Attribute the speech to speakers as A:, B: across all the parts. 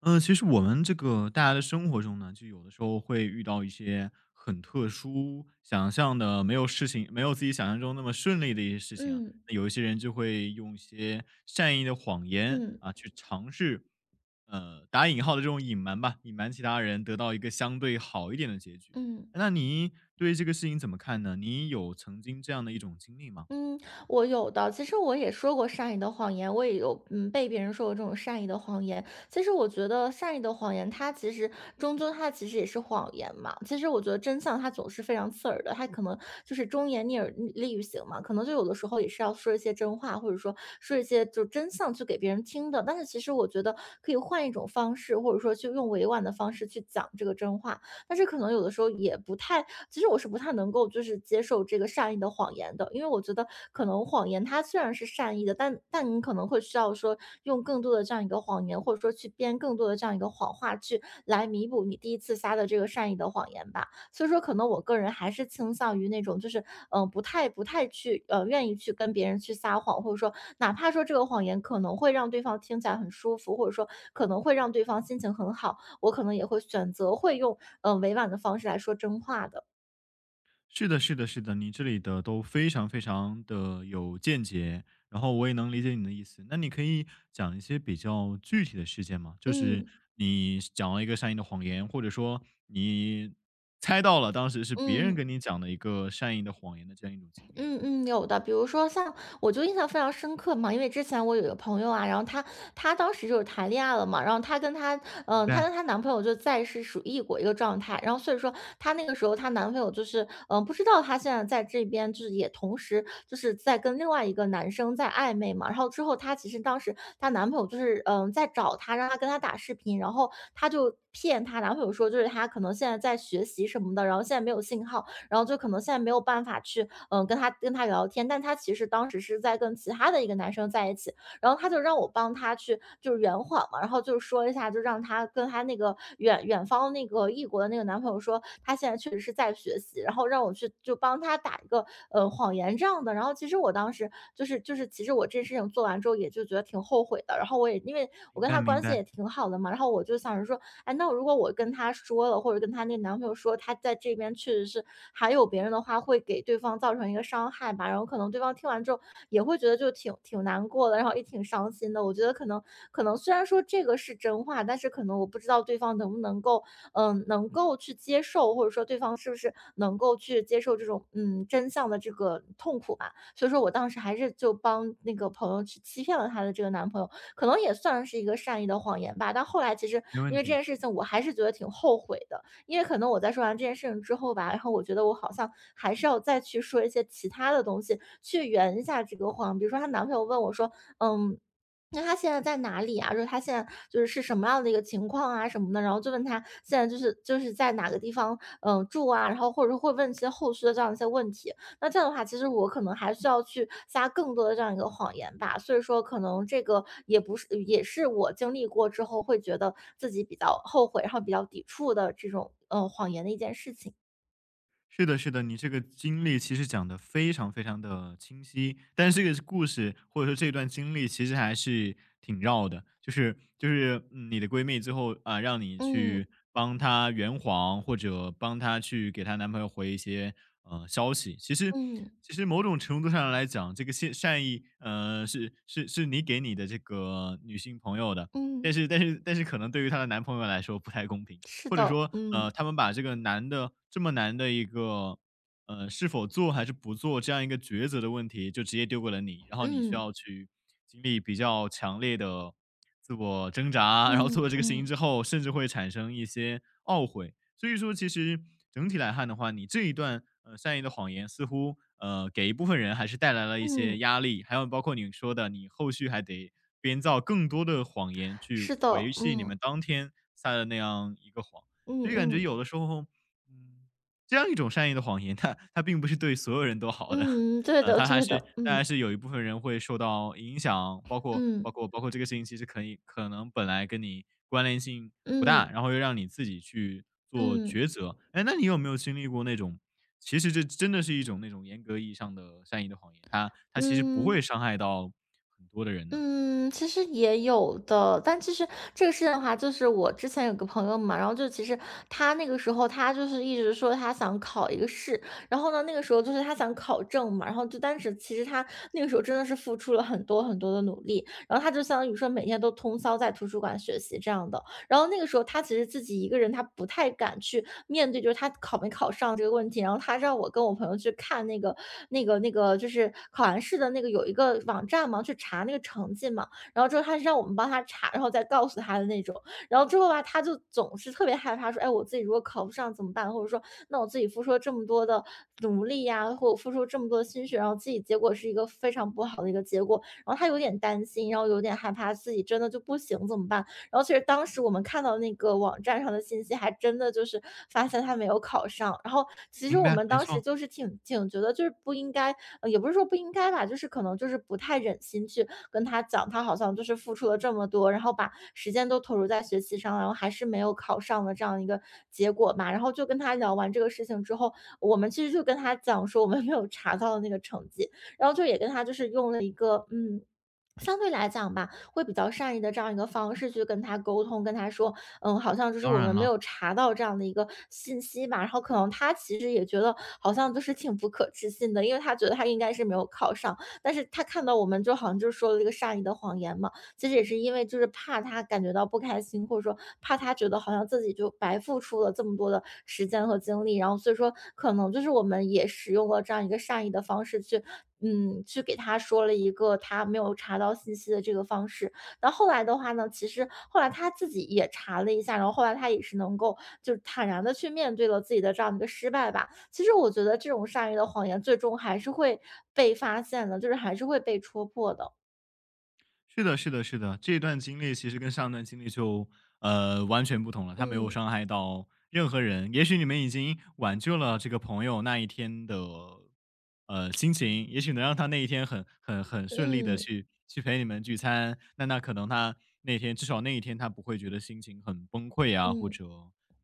A: 其实我们这个大家的生活中呢，就有的时候会遇到一些很特殊、想象的没有事情，没有自己想象中那么顺利的一些事情啊。
B: 嗯
A: 那有一些人就会用一些善意的谎言
B: 嗯
A: 啊，去尝试，打引号的这种隐瞒吧，隐瞒其他人，得到一个相对好一点的结局。
B: 嗯
A: 那你对这个事情怎么看呢？你有曾经这样的一种经历吗？
B: 嗯，我有的。其实我也说过善意的谎言，我也有被别人说过这种善意的谎言。其实我觉得善意的谎言，它其实终究它其实也是谎言嘛。其实我觉得真相它总是非常刺耳的，它可能就是忠言逆耳利于行嘛，可能就有的时候也是要说一些真话，或者说说一些就真相去给别人听的。但是其实我觉得可以换一种方式，或者说去用委婉的方式去讲这个真话。但是可能有的时候也不太其实我是不太能够就是接受这个善意的谎言的，因为我觉得可能谎言它虽然是善意的，但你可能会需要说用更多的这样一个谎言，或者说去编更多的这样一个谎话，去来弥补你第一次撒的这个善意的谎言吧。所以说，可能我个人还是倾向于那种就是不太去愿意去跟别人去撒谎，或者说哪怕说这个谎言可能会让对方听起来很舒服，或者说可能会让对方心情很好，我可能也会选择会用委婉的方式来说真话的。
A: 是的，是的，是的，你这里的都非常非常的有见解，然后我也能理解你的意思。那你可以讲一些比较具体的事件吗？就是
B: 嗯，
A: 你讲了一个善意的谎言，或者说你猜到了当时是别人
B: 嗯，
A: 跟你讲的一个善意的谎言的这样一种经历呢？
B: 嗯嗯，有的。比如说像我就印象非常深刻嘛，因为之前我有一个朋友啊，然后她当时就是谈恋爱了嘛，
A: 明
B: 她
A: 白，
B: 跟她男朋友就在是属于异国一个状态，然后所以说她那个时候她男朋友就是，嗯，不知道她现在在这边就是也同时就是在跟另外一个男生在暧昧嘛，然后之后她其实当时她男朋友就是在找她，让她跟她打视频，然后她就，骗她男朋友说，就是她可能现在在学习什么的，然后现在没有信号，然后就可能现在没有办法去跟他聊天，但他其实当时是在跟其他的一个男生在一起，然后他就让我帮他去就是圆谎嘛，然后就是说一下，就让他跟他那个远方那个异国的那个男朋友说，他现在确实是在学习，然后让我去就帮他打一个谎言这样的。然后其实我当时就是其实我这事情做完之后也就觉得挺后悔的，然后我也因为我
A: 明
B: 跟他
A: 白，明
B: 关系也
A: 白，
B: 也挺好的嘛。然后我就想着说，哎，那如果我跟她说了，或者跟她那男朋友说，她在这边确实是还有别人的话，会给对方造成一个伤害吧。然后可能对方听完之后也会觉得就挺难过的，然后也挺伤心的。我觉得可能虽然说这个是真话，但是可能我不知道对方能不能够，能够去接受，或者说对方是不是能够去接受这种真相的这个痛苦吧。所以说我当时还是就帮那个朋友去欺骗了她的这个男朋友，可能也算是一个善意的谎言吧。但后来其实
A: 没
B: 因
A: 问
B: 为这
A: 题。
B: 件事情，我还是觉得挺后悔的，因为可能我在说完这件事情之后吧，然后我觉得我好像还是要再去说一些其他的东西去圆一下这个谎。比如说她男朋友问我说："嗯，那她现在在哪里啊？就是她现在就是是什么样的一个情况啊什么的。"然后就问她现在就是在哪个地方，嗯，住啊，然后或者说会问一些后续的这样一些问题。那这样的话，其实我可能还需要去撒更多的这样一个谎言吧。所以说，可能这个也不是，也是我经历过之后会觉得自己比较后悔，然后比较抵触的这种谎言的一件事情。
A: 是的，是的，你这个经历其实讲得非常非常的清晰，但是这个故事或者说这段经历其实还是挺绕的。就是嗯你的闺蜜最后，啊，让你去
B: 嗯
A: 帮她圆谎，或者帮她去给她男朋友回一些，消息。其实
B: 嗯
A: 其实某种程度上来讲，这个善意，呃，是你给你的这个女性朋友的，但
B: 嗯，
A: 是但是但是可能对于她的男朋友来说不太公平。
B: 是
A: 或者
B: 的，
A: 说，
B: 嗯
A: 呃，他们把这个难的这么难的一个，呃，是否做还是不做这样一个抉择的问题，就直接丢给了你，然后你需
B: 嗯
A: 要去经历比较强烈的自我挣扎，然后
B: 嗯
A: 做了这个事情
B: 嗯
A: 之后，甚至会产生一些懊悔。所以说，其实整体来看的话，你这一段呃善意的谎言似乎呃给一部分人还是带来了一
B: 嗯，
A: 些压力，还有包括你说的，你后续还得编造更多的谎言去
B: 是的，
A: 维系你
B: 嗯
A: 们当天撒的那样一个谎，
B: 嗯
A: 所以感觉
B: 嗯
A: 有的时候，嗯，这样一种善意的谎言，它并不是对所有人都好的。
B: 嗯，对
A: 呃，
B: 的
A: 他还
B: 对
A: 是
B: 的，
A: 他还
B: 嗯
A: 是有一部分人会受到影响，包括
B: 嗯
A: 包括包括这个事情其实可以可能本来跟你关联性不
B: 嗯
A: 大，然后又让你自己去做
B: 嗯
A: 抉择。哎，那你有没有经历过那种，其实这真的是一种那种严格意义上的善意的谎言，它其实不
B: 嗯。
A: 会伤害到很多的人呢？
B: 嗯，其实也有的，但其实这个事情的话，就是我之前有个朋友嘛，然后就其实他那个时候他就是一直说他想考一个试，然后呢，那个时候就是他想考证嘛，然后就但是其实他那个时候真的是付出了很多很多的努力，然后他就相当于说每天都通宵在图书馆学习这样的，然后那个时候他其实自己一个人，他不太敢去面对，就是他考没考上这个问题。然后他让我跟我朋友去看就是考完试的那个有一个网站嘛，去查那个成绩嘛。然后之后他是让我们帮他查，然后再告诉他的那种。然后之后吧，他就总是特别害怕，说："哎，我自己如果考不上怎么办？"或者说："那我自己付出了这么多的努力呀，或者付出这么多的心血，然后自己结果是一个非常不好的一个结果。"然后他有点担心，然后有点害怕自己真的就不行怎么办？然后其实当时我们看到那个网站上的信息，还真的就是发现他没有考上。然后其实
A: 明
B: 我
A: 白，
B: 们
A: 没
B: 当时
A: 错，
B: 就是挺觉得就是不应该，也不是说不应该吧，就是可能就是不太忍心去跟他讲，他好像就是付出了这么多，然后把时间都投入在学习上，然后还是没有考上的这样一个结果嘛。然后就跟他聊完这个事情之后，我们其实就跟他讲说我们没有查到那个成绩，然后就也跟他就是用了一个,相对来讲吧，会比较善意的这样一个方式去跟他沟通，跟他说，嗯，好像就是
A: 当
B: 我
A: 然
B: 们没
A: 了。
B: 有查到这样的一个信息吧，然后可能他其实也觉得好像就是挺不可置信的，因为他觉得他应该是没有考上，但是他看到我们就好像就是说了一个善意的谎言嘛，其实也是因为就是怕他感觉到不开心，或者说怕他觉得好像自己就白付出了这么多的时间和精力，然后所以说可能就是我们也使用了这样一个善意的方式去去给他说了一个他没有查到信息的这个方式。那后来的话呢，其实后来他自己也查了一下，然后后来他也是能够就是坦然的去面对了自己的这样一个失败吧。其实我觉得这种善意的谎言最终还是会被发现的，就是还是会被戳破的。
A: 是的，是的，是的，这段经历其实跟上段经历就呃完全不同了，他没有
B: 嗯
A: 伤害到任何人。也许你们已经挽救了这个朋友那一天的呃心情，也许能让他那一天很顺利的
B: 嗯
A: 去陪你们聚餐。那那可能他那天至少那一天他不会觉得心情很崩溃啊，或
B: 嗯
A: 者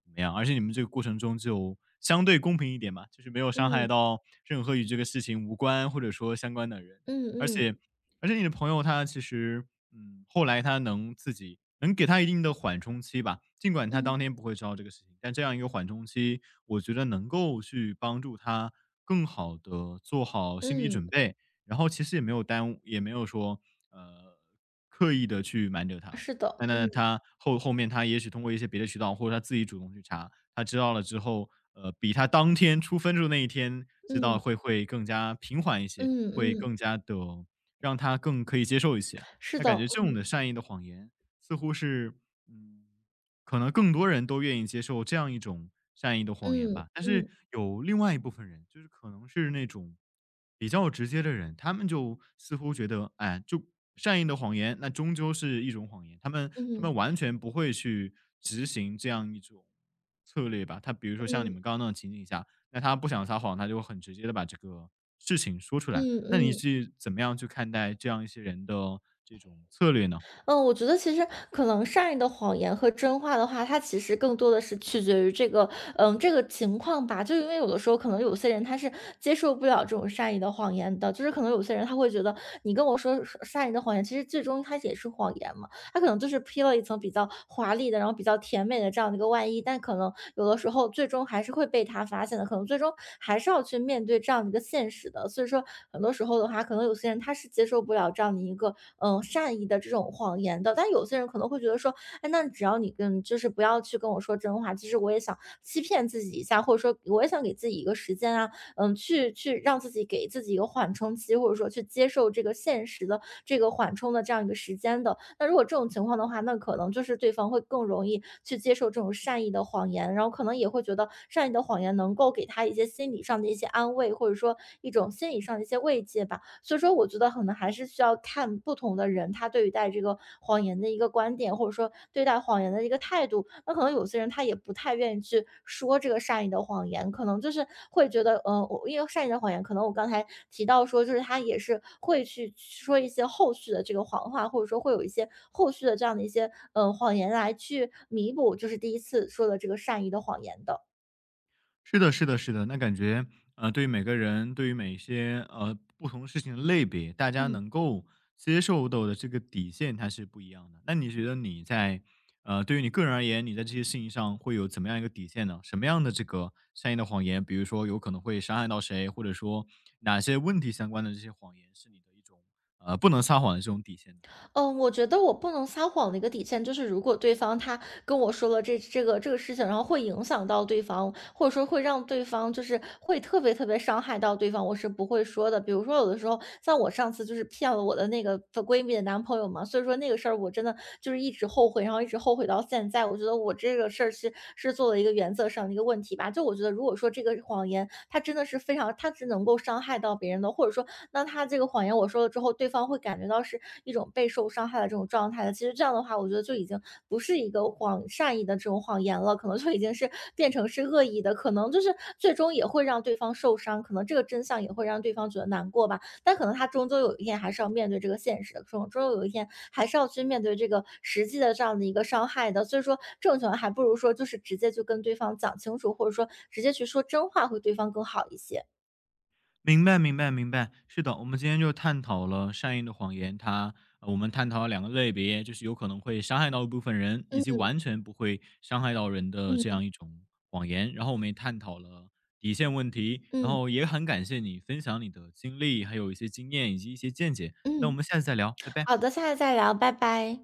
A: 怎么样。而且你们这个过程中就相对公平一点嘛，就是没有伤害
B: 嗯
A: 到任何与这个事情无关或者说相关的人。
B: 嗯
A: 而
B: 嗯
A: 且而且你的朋友他其实，嗯，后来他能自己能给他一定的缓冲期吧，尽管他当
B: 嗯
A: 天不会知道这个事情，但这样一个缓冲期，我觉得能够去帮助他更好的做好心理
B: 嗯，
A: 准备，然后其实也没有耽误，也没有说呃刻意的去瞒着他。
B: 是的，
A: 那那他后后面他也许通过一些别的渠道，或者他自己主动去查，他知道了之后，呃，比他当天出分数那一天知道
B: 嗯
A: 会更加平缓一些，
B: 嗯
A: 会
B: 嗯，
A: 更加的让他更可以接受一些。
B: 是
A: 那
B: 的，
A: 感觉这种的善意的谎言，似乎是，嗯，可能更多人都愿意接受这样一种善意的谎言吧。但是
B: 嗯
A: 有另外一部分人，就是可能是那种比较直接的人，他们就似乎觉得，哎，就善意的谎言，那终究是一种谎言。他们
B: 嗯
A: 他
B: 嗯
A: 们完全不会去执行这样一种策略吧。他比如说像你
B: 嗯
A: 们刚刚那种情景下，那他不想撒谎，他就很直接的把这个事情说出来。
B: 嗯嗯
A: 那你
B: 嗯。
A: 是怎么样去看待这样一些人的这种策略呢？
B: 嗯，我觉得其实可能善意的谎言和真话的话，它其实更多的是取决于这个，嗯，这个情况吧。就因为有的时候可能有些人他是接受不了这种善意的谎言的，就是可能有些人他会觉得你跟我说善意的谎言，其实最终它也是谎言嘛。他可能就是披了一层比较华丽的，然后比较甜美的这样的一个外衣，但可能有的时候最终还是会被他发现的，可能最终还是要去面对这样的一个现实的。所以说，很多时候的话，可能有些人他是接受不了这样的一个善意的这种谎言的，但有些人可能会觉得说，哎，那只要你跟就是不要去跟我说真话，其实我也想欺骗自己一下，或者说我也想给自己一个时间啊，嗯，去让自己给自己一个缓冲期，或者说去接受这个现实的这个缓冲的这样一个时间的。那如果这种情况的话，那可能就是对方会更容易去接受这种善意的谎言，然后可能也会觉得善意的谎言能够给他一些心理上的一些安慰，或者说一种心理上的一些慰藉吧。所以说我觉得可能还是需要看不同的人，他对于待这个谎言的一个观点，或者说对待谎言的一个态度。那可能有些人他也不太愿意去说这个善意的谎言，可能就是会觉得，我因为善意的谎言，可能我刚才提到说，就是他也是会去说一些后续的这个谎话，或者说会有一些后续的这样的一些，谎言来去弥补，就是第一次说的这个善意的谎言的。
A: 是的，是的，是的。那感觉，呃，对于每个人，对于每一些呃不同事情的类别，大家
B: 嗯
A: 能够接受到的这个底线，它是不一样的。那你觉得你在呃，对于你个人而言，你在这些事情上会有怎么样一个底线呢？什么样的这个善意的谎言，比如说有可能会伤害到谁，或者说哪些问题相关的这些谎言，是你的一种呃不能撒谎的这种底线呢？
B: 嗯，我觉得我不能撒谎的一个底线，就是如果对方他跟我说了这个事情，然后会影响到对方，或者说会让对方就是会特别特别伤害到对方，我是不会说的。比如说有的时候，像我上次就是骗了我的那个闺蜜的男朋友嘛，所以说那个事儿我真的就是一直后悔，然后一直后悔到现在。我觉得我这个事儿是做了一个原则上的一个问题吧。就我觉得，如果说这个谎言它真的是非常，它是能够伤害到别人的，或者说那他这个谎言我说了之后，对方会感觉到是一种备受伤害的这种状态的。其实这样的话，我觉得就已经不是一个谎善意的这种谎言了，可能就已经是变成是恶意的，可能就是最终也会让对方受伤，可能这个真相也会让对方觉得难过吧。但可能他终究有一天还是要面对这个现实的，终究有一天还是要去面对这个实际的这样的一个伤害的。所以说，这种情况还不如说就是直接就跟对方讲清楚，或者说直接去说真话，会对方更好一些。
A: 明白，明白，明白。是的，我们今天就探讨了善意的谎言，它呃我们探讨了两个类别，就是有可能会伤害到一部分人，以及
B: 嗯
A: 完全不会伤害到人的这样
B: 嗯
A: 一种谎言。然后我们也探讨了底线问题，然
B: 嗯
A: 后也很感谢你分享你的经历，还有一些经验以及一些见解。那我
B: 嗯。
A: 们下次再聊，拜拜。
B: 好的，下次再聊，拜拜。